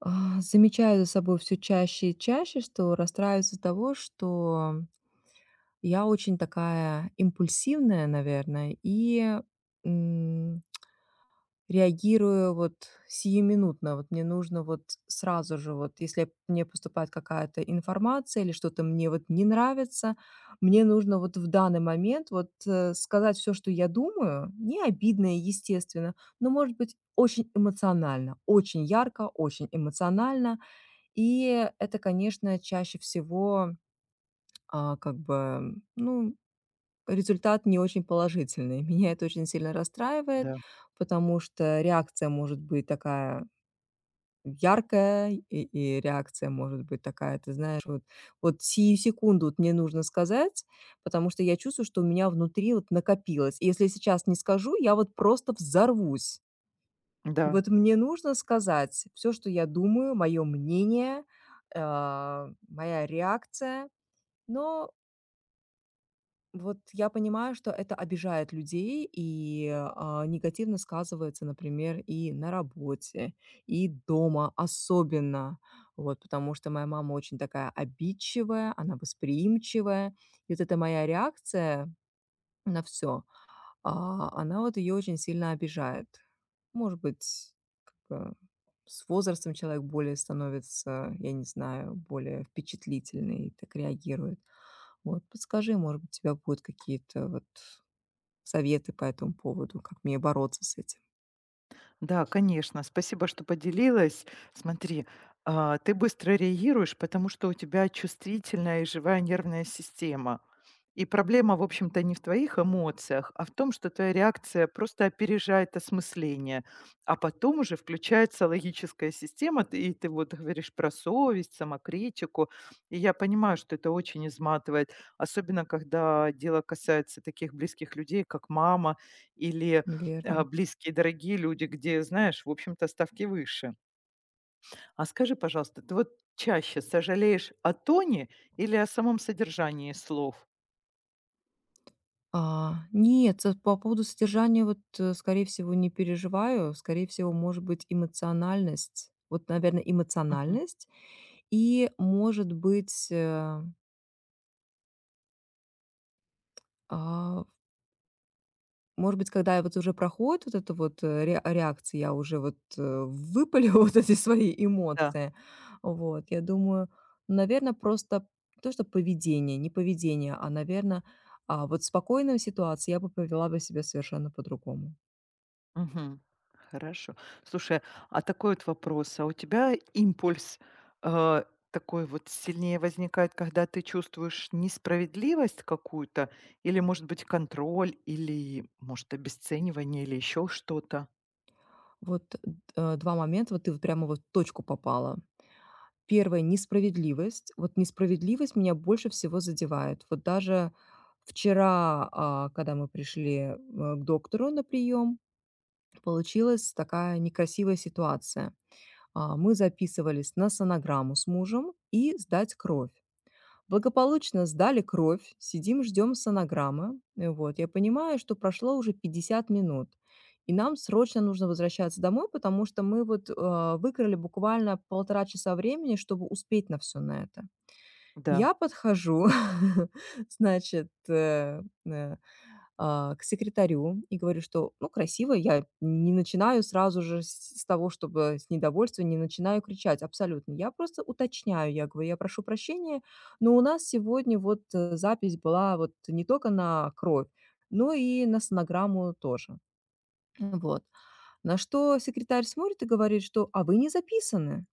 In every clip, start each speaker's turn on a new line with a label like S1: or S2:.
S1: Замечаю за собой все чаще и чаще, что расстраиваюсь из-за того, что я очень такая импульсивная, наверное, и, м, реагирую вот сиюминутно. Вот мне нужно вот сразу же, вот если мне поступает какая-то информация или что-то мне вот не нравится, мне нужно вот в данный момент вот, сказать все, что я думаю, не обидно и естественно, но, может быть, очень эмоционально, очень ярко, очень эмоционально. И это, конечно, чаще всего, как бы, ну, результат не очень положительный. Меня это очень сильно расстраивает,
S2: Да,
S1: потому что реакция может быть такая яркая, и реакция может быть такая, ты знаешь, вот сию секунду вот мне нужно сказать, потому что я чувствую, что у меня внутри вот накопилось. И если я сейчас не скажу, я вот просто взорвусь.
S2: да,
S1: Вот мне нужно сказать все, что я думаю, мое мнение, моя реакция. Но вот я понимаю, что это обижает людей и негативно сказывается, например, и на работе, и дома особенно. Вот, потому что моя мама очень такая обидчивая, она восприимчивая. И вот эта моя реакция на все, она вот ее очень сильно обижает. Может быть, как бы с возрастом человек более становится, я не знаю, более впечатлительный и так реагирует. Вот, подскажи, может быть, у тебя будут какие-то вот советы по этому поводу, как мне бороться с этим.
S2: да, конечно. Спасибо, что поделилась. Смотри, ты быстро реагируешь, потому что у тебя чувствительная и живая нервная система. И проблема, в общем-то, не в твоих эмоциях, а в том, что твоя реакция просто опережает осмысление. А потом уже включается логическая система, и ты вот говоришь про совесть, самокритику. И я понимаю, что это очень изматывает, особенно когда дело касается таких близких людей, как мама или
S1: Верно.
S2: близкие, дорогие люди, где, знаешь, в общем-то, ставки выше. А скажи, пожалуйста, ты вот чаще сожалеешь о тоне или о самом содержании слов?
S1: Нет, по поводу содержания вот, скорее всего, не переживаю. Скорее всего, может быть, эмоциональность. Вот, наверное,
S2: Мгм.
S1: эмоциональность и, может быть, а, может быть, когда вот уже проходит вот эта вот, ре реакция, я уже вот, выпалю вот эти свои
S2: Да.
S1: эмоции. Вот, я думаю, наверное, просто не то, что поведение, не поведение, а, наверное, вот в спокойной ситуации я бы повела бы себя совершенно по-другому.
S2: Мгм. Хорошо. Слушай, а такой вот вопрос. А у тебя импульс э, такой вот сильнее возникает, когда ты чувствуешь несправедливость какую-то, или, может быть, контроль, или, может, обесценивание, или еще что-то?
S1: Вот, 2 момента, вот ты вот прямо вот в точку попала. Первое, несправедливость. Вот несправедливость меня больше всего задевает. Вот даже вчера, когда мы пришли, к доктору на прием. Получилась такая некрасивая ситуация. Мы записывались на сонограмму с мужем и сдать кровь. Благополучно сдали кровь, сидим, ждем сонограммы. Вот, я понимаю, что прошло уже 50 минут, и нам срочно нужно возвращаться домой, потому что мы вот, выкрали буквально полтора часа времени, чтобы успеть на все на это.
S2: Да.
S1: Я подхожу, значит, к секретарю и говорю, что, ну, красиво, я не начинаю сразу же с того, чтобы с недовольства, не начинаю кричать абсолютно. Я просто уточняю, я говорю, я прошу прощения, но у нас сегодня вот запись была вот не только на кровь, но и на сонограмму тоже. Вот. На что секретарь смотрит и говорит, что «а вы не записаны».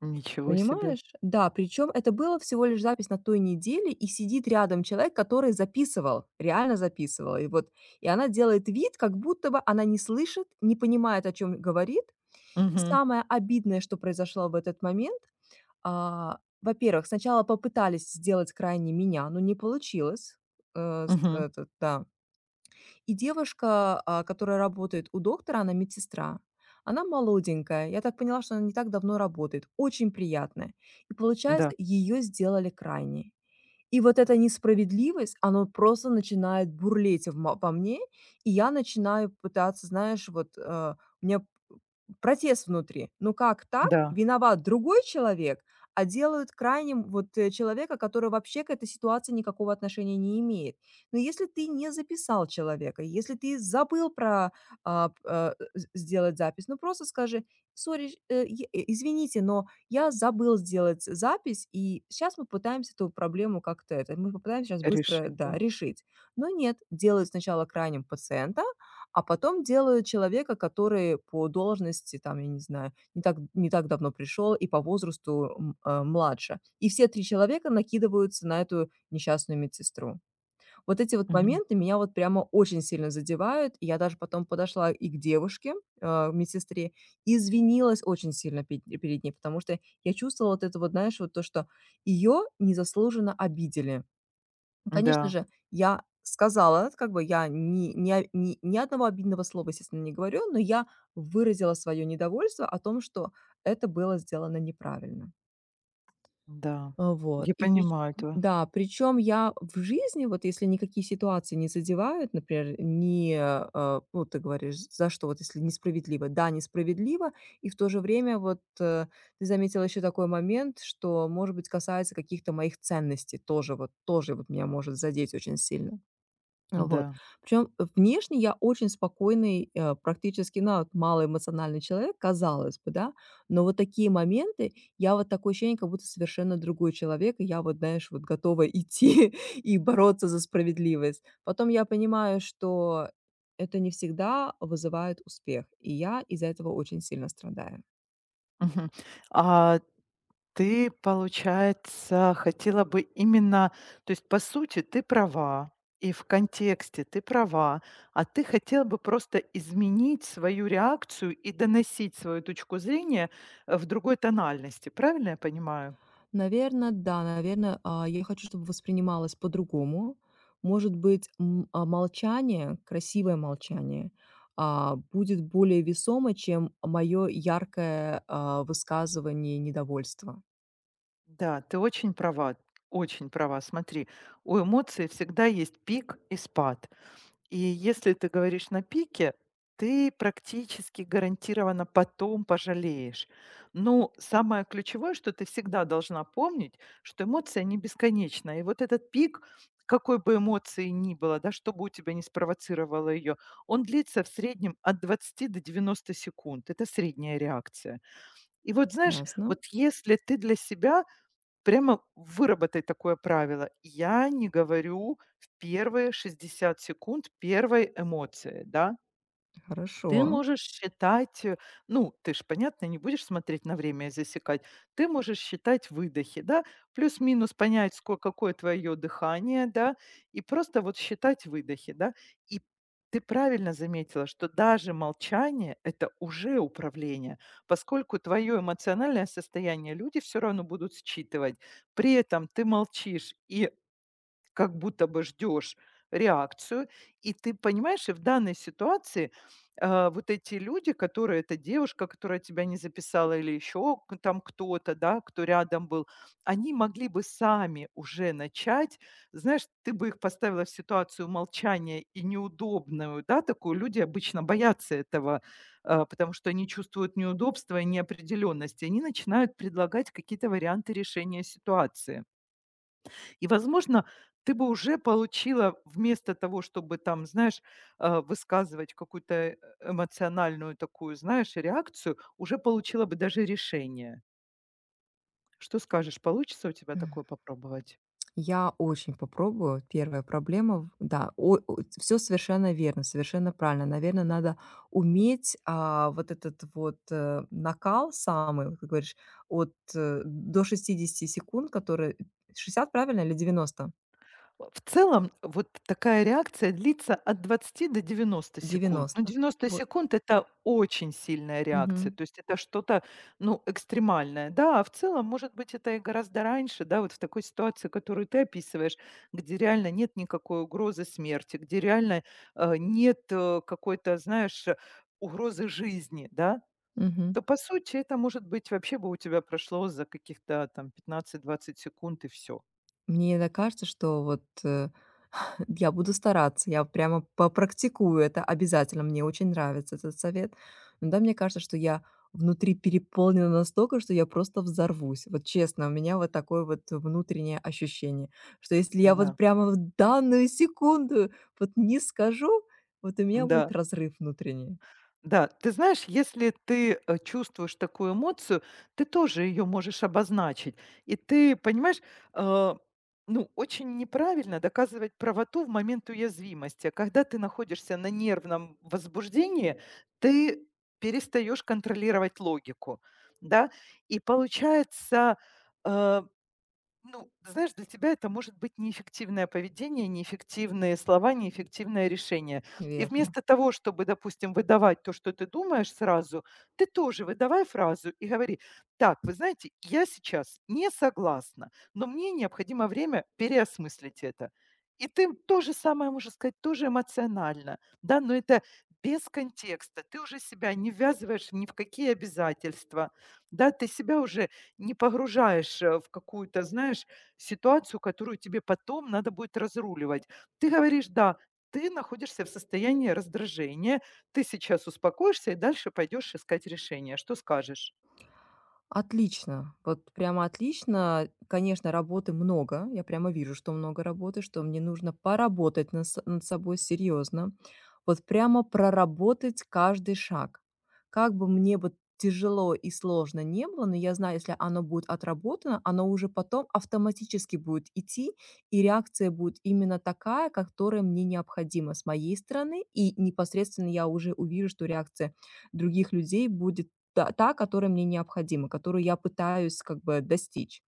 S2: Ничего себе.
S1: Понимаешь? Да, причем это было всего лишь запись на той неделе, и сидит рядом человек, который записывал, реально записывал. И вот, и она делает вид, как будто бы она не слышит, не понимает, о чем говорит. И
S2: Мгм.
S1: самое обидное, что произошло в этот момент, во-первых, сначала попытались сделать крайне меня, но не получилось. Э, с-
S2: Мгм.
S1: этот, да. И девушка, которая работает у доктора, она медсестра. Она молоденькая. Я так поняла, что она не так давно работает. Очень приятная. И
S2: Да.
S1: получается, ее сделали крайней. И вот эта несправедливость, она просто начинает бурлеть в мо во мне, и я начинаю пытаться, знаешь, вот, у меня протест внутри. Ну как так?
S2: Да,
S1: Виноват другой человек, а делают крайним вот, человека, который вообще к этой ситуации никакого отношения не имеет. Но если ты не записал человека, если ты забыл про, а, п э, з сделать запись, ну просто скажи: "Сорри, извините, но я забыл сделать запись, и сейчас мы пытаемся эту проблему как-то это, мы попытаемся сейчас быстро,
S2: решить,
S1: да,
S2: да.
S1: решить. Но нет, делают сначала крайним пациента, а потом делают человека, который по должности, там, я не знаю, не так давно пришел и по возрасту младше. И все три человека накидываются на эту несчастную медсестру. Вот эти вот
S2: Мгм.
S1: моменты меня вот прямо очень сильно задевают. И я даже потом подошла и к девушке, медсестре, и извинилась очень сильно перед ней, потому что я чувствовала вот это вот, знаешь, вот то, что ее незаслуженно обидели. Ну, конечно
S2: Да,
S1: же, я сказала, как бы я ни, ни, о- ни, ни одного обидного слова, естественно, не говорю, но я выразила свое недовольство о том, что это было сделано неправильно.
S2: да.
S1: Вот.
S2: Я
S1: И прич
S2: понимаю этого.
S1: да, причем я в жизни, вот если никакие ситуации не задевают, например, не, ну, ты говоришь, за что вот если несправедливо. Да, несправедливо, и в то же время вот, ты заметила еще такой момент, что, может быть, касается каких-то моих ценностей тоже вот меня может задеть очень сильно. Вот.
S2: Да.
S1: Причем внешне я очень спокойный, практически, ну, вот малоэмоциональный человек, казалось бы, да. Но вот такие моменты, я вот такое ощущение, как будто совершенно другой человек, и я вот, знаешь, вот готова идти и бороться за справедливость. Потом я понимаю, что это не всегда вызывает успех, и я из-за этого очень сильно страдаю.
S2: Мгм. А ты, получается, хотела бы именно, то есть, по сути, ты права, и в контексте ты права, а ты хотела бы просто изменить свою реакцию и доносить свою точку зрения, в другой тональности. Правильно я понимаю?
S1: Наверное, да, наверное. Я хочу, чтобы воспринималось по-другому. Может быть, молчание, красивое молчание, будет более весомо, чем мое яркое, высказывание недовольства.
S2: Да, ты очень права, очень права. Смотри, у эмоций всегда есть пик и спад. И если ты говоришь на пике, ты практически гарантированно потом пожалеешь. Но самое ключевое, что ты всегда должна помнить, что эмоция не бесконечна. И вот этот пик, какой бы эмоции ни было, да, что бы у тебя не спровоцировало ее, он длится в среднем от 20 до 90 секунд. Это средняя реакция. И вот знаешь,
S1: Ясно?
S2: вот если ты для себя прямо выработать такое правило. Я не говорю в первые 60 секунд первой эмоции, да. Ты
S1: Хорошо.
S2: можешь считать, ну, ты ж, понятно, не будешь смотреть на время и засекать. Ты можешь считать выдохи, да, плюс-минус понять, сколько какое твое дыхание, да, и просто вот считать выдохи, да. И ты правильно заметила, что даже молчание — это уже управление, поскольку твое эмоциональное состояние люди все равно будут считывать. При этом ты молчишь и как будто бы ждешь реакцию. И ты понимаешь, и в данной ситуации, вот эти люди, которые эта девушка, которая тебя не записала, или еще там кто-то, да, кто рядом был, они могли бы сами уже начать. Знаешь, ты бы их поставила в ситуацию молчания и неудобную, да, такую. Люди обычно боятся этого, потому что они чувствуют неудобство и неопределенность. И они начинают предлагать какие-то варианты решения ситуации. И, возможно, ты бы уже получила вместо того, чтобы там, знаешь, высказывать какую-то эмоциональную такую, знаешь, реакцию, уже получила бы даже решение. Что скажешь, получится у тебя такое попробовать?
S1: Я очень попробую. Первая проблема, в да, все совершенно верно, совершенно правильно. Наверное, надо уметь, вот этот вот, накал самый, вот как говоришь, от, до 60 секунд, которые 60 правильно, или 90?
S2: В целом, вот такая реакция длится от 20 до 90 секунд. Но
S1: 90.
S2: 90
S1: Вот.
S2: секунд — это очень сильная реакция,
S1: Мгм.
S2: то есть это что-то, ну, экстремальное. Да, а в целом, может быть, это и гораздо раньше, да, вот в такой ситуации, которую ты описываешь, где реально нет никакой угрозы смерти, где реально, нет, какой-то, знаешь, угрозы жизни, да,
S1: Мгм.
S2: то, по сути, это, может быть, вообще бы у тебя прошло за каких-то там 15-20 секунд и все.
S1: Мне иногда кажется, что вот. Я буду стараться, я прямо попрактикую это обязательно. Мне очень нравится этот совет. Но да, мне кажется, что я внутри переполнена настолько, что я просто взорвусь. Вот честно, у меня вот такое вот внутреннее ощущение, что если я вот
S2: Да,
S1: прямо в данную секунду вот не скажу, вот у меня будет
S2: да.
S1: разрыв внутренний.
S2: Да, ты знаешь, если ты, чувствуешь такую эмоцию, ты тоже ее можешь обозначить. И ты, понимаешь, э, ну, очень неправильно доказывать правоту в момент уязвимости. А когда ты находишься на нервном возбуждении, ты перестаешь контролировать логику, да. И получается, э ну, ты знаешь, для тебя это может быть неэффективное поведение, неэффективные слова, неэффективное решение. И
S1: Верно.
S2: вместо того, чтобы, допустим, выдавать то, что ты думаешь сразу, ты тоже выдавай фразу и говори: так, вы знаете, я сейчас не согласна, но мне необходимо время переосмыслить это. И ты то же самое можешь сказать, тоже эмоционально, да, но это без контекста. Ты уже себя не ввязываешь ни в какие обязательства, да, ты себя уже не погружаешь, в какую-то, знаешь, ситуацию, которую тебе потом надо будет разруливать. Ты говоришь: "Да, ты находишься в состоянии раздражения, ты сейчас успокоишься и дальше пойдешь искать решение". Что скажешь?
S1: Отлично, вот прямо отлично. Конечно, работы много. Я прямо вижу, что много работы, что мне нужно поработать над собой серьезно. Вот прямо проработать каждый шаг. Как бы мне бы тяжело и сложно не было, но я знаю, если оно будет отработано, оно уже потом автоматически будет идти, и реакция будет именно такая, которая мне необходима с моей стороны. И непосредственно я уже увижу, что реакция других людей будет та, которая мне необходима, которую я пытаюсь как бы достичь.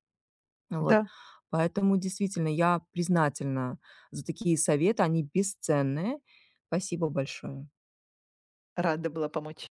S1: Вот.
S2: Да,
S1: Поэтому действительно я признательна за такие советы, они бесценные. Спасибо большое.
S2: рада была помочь.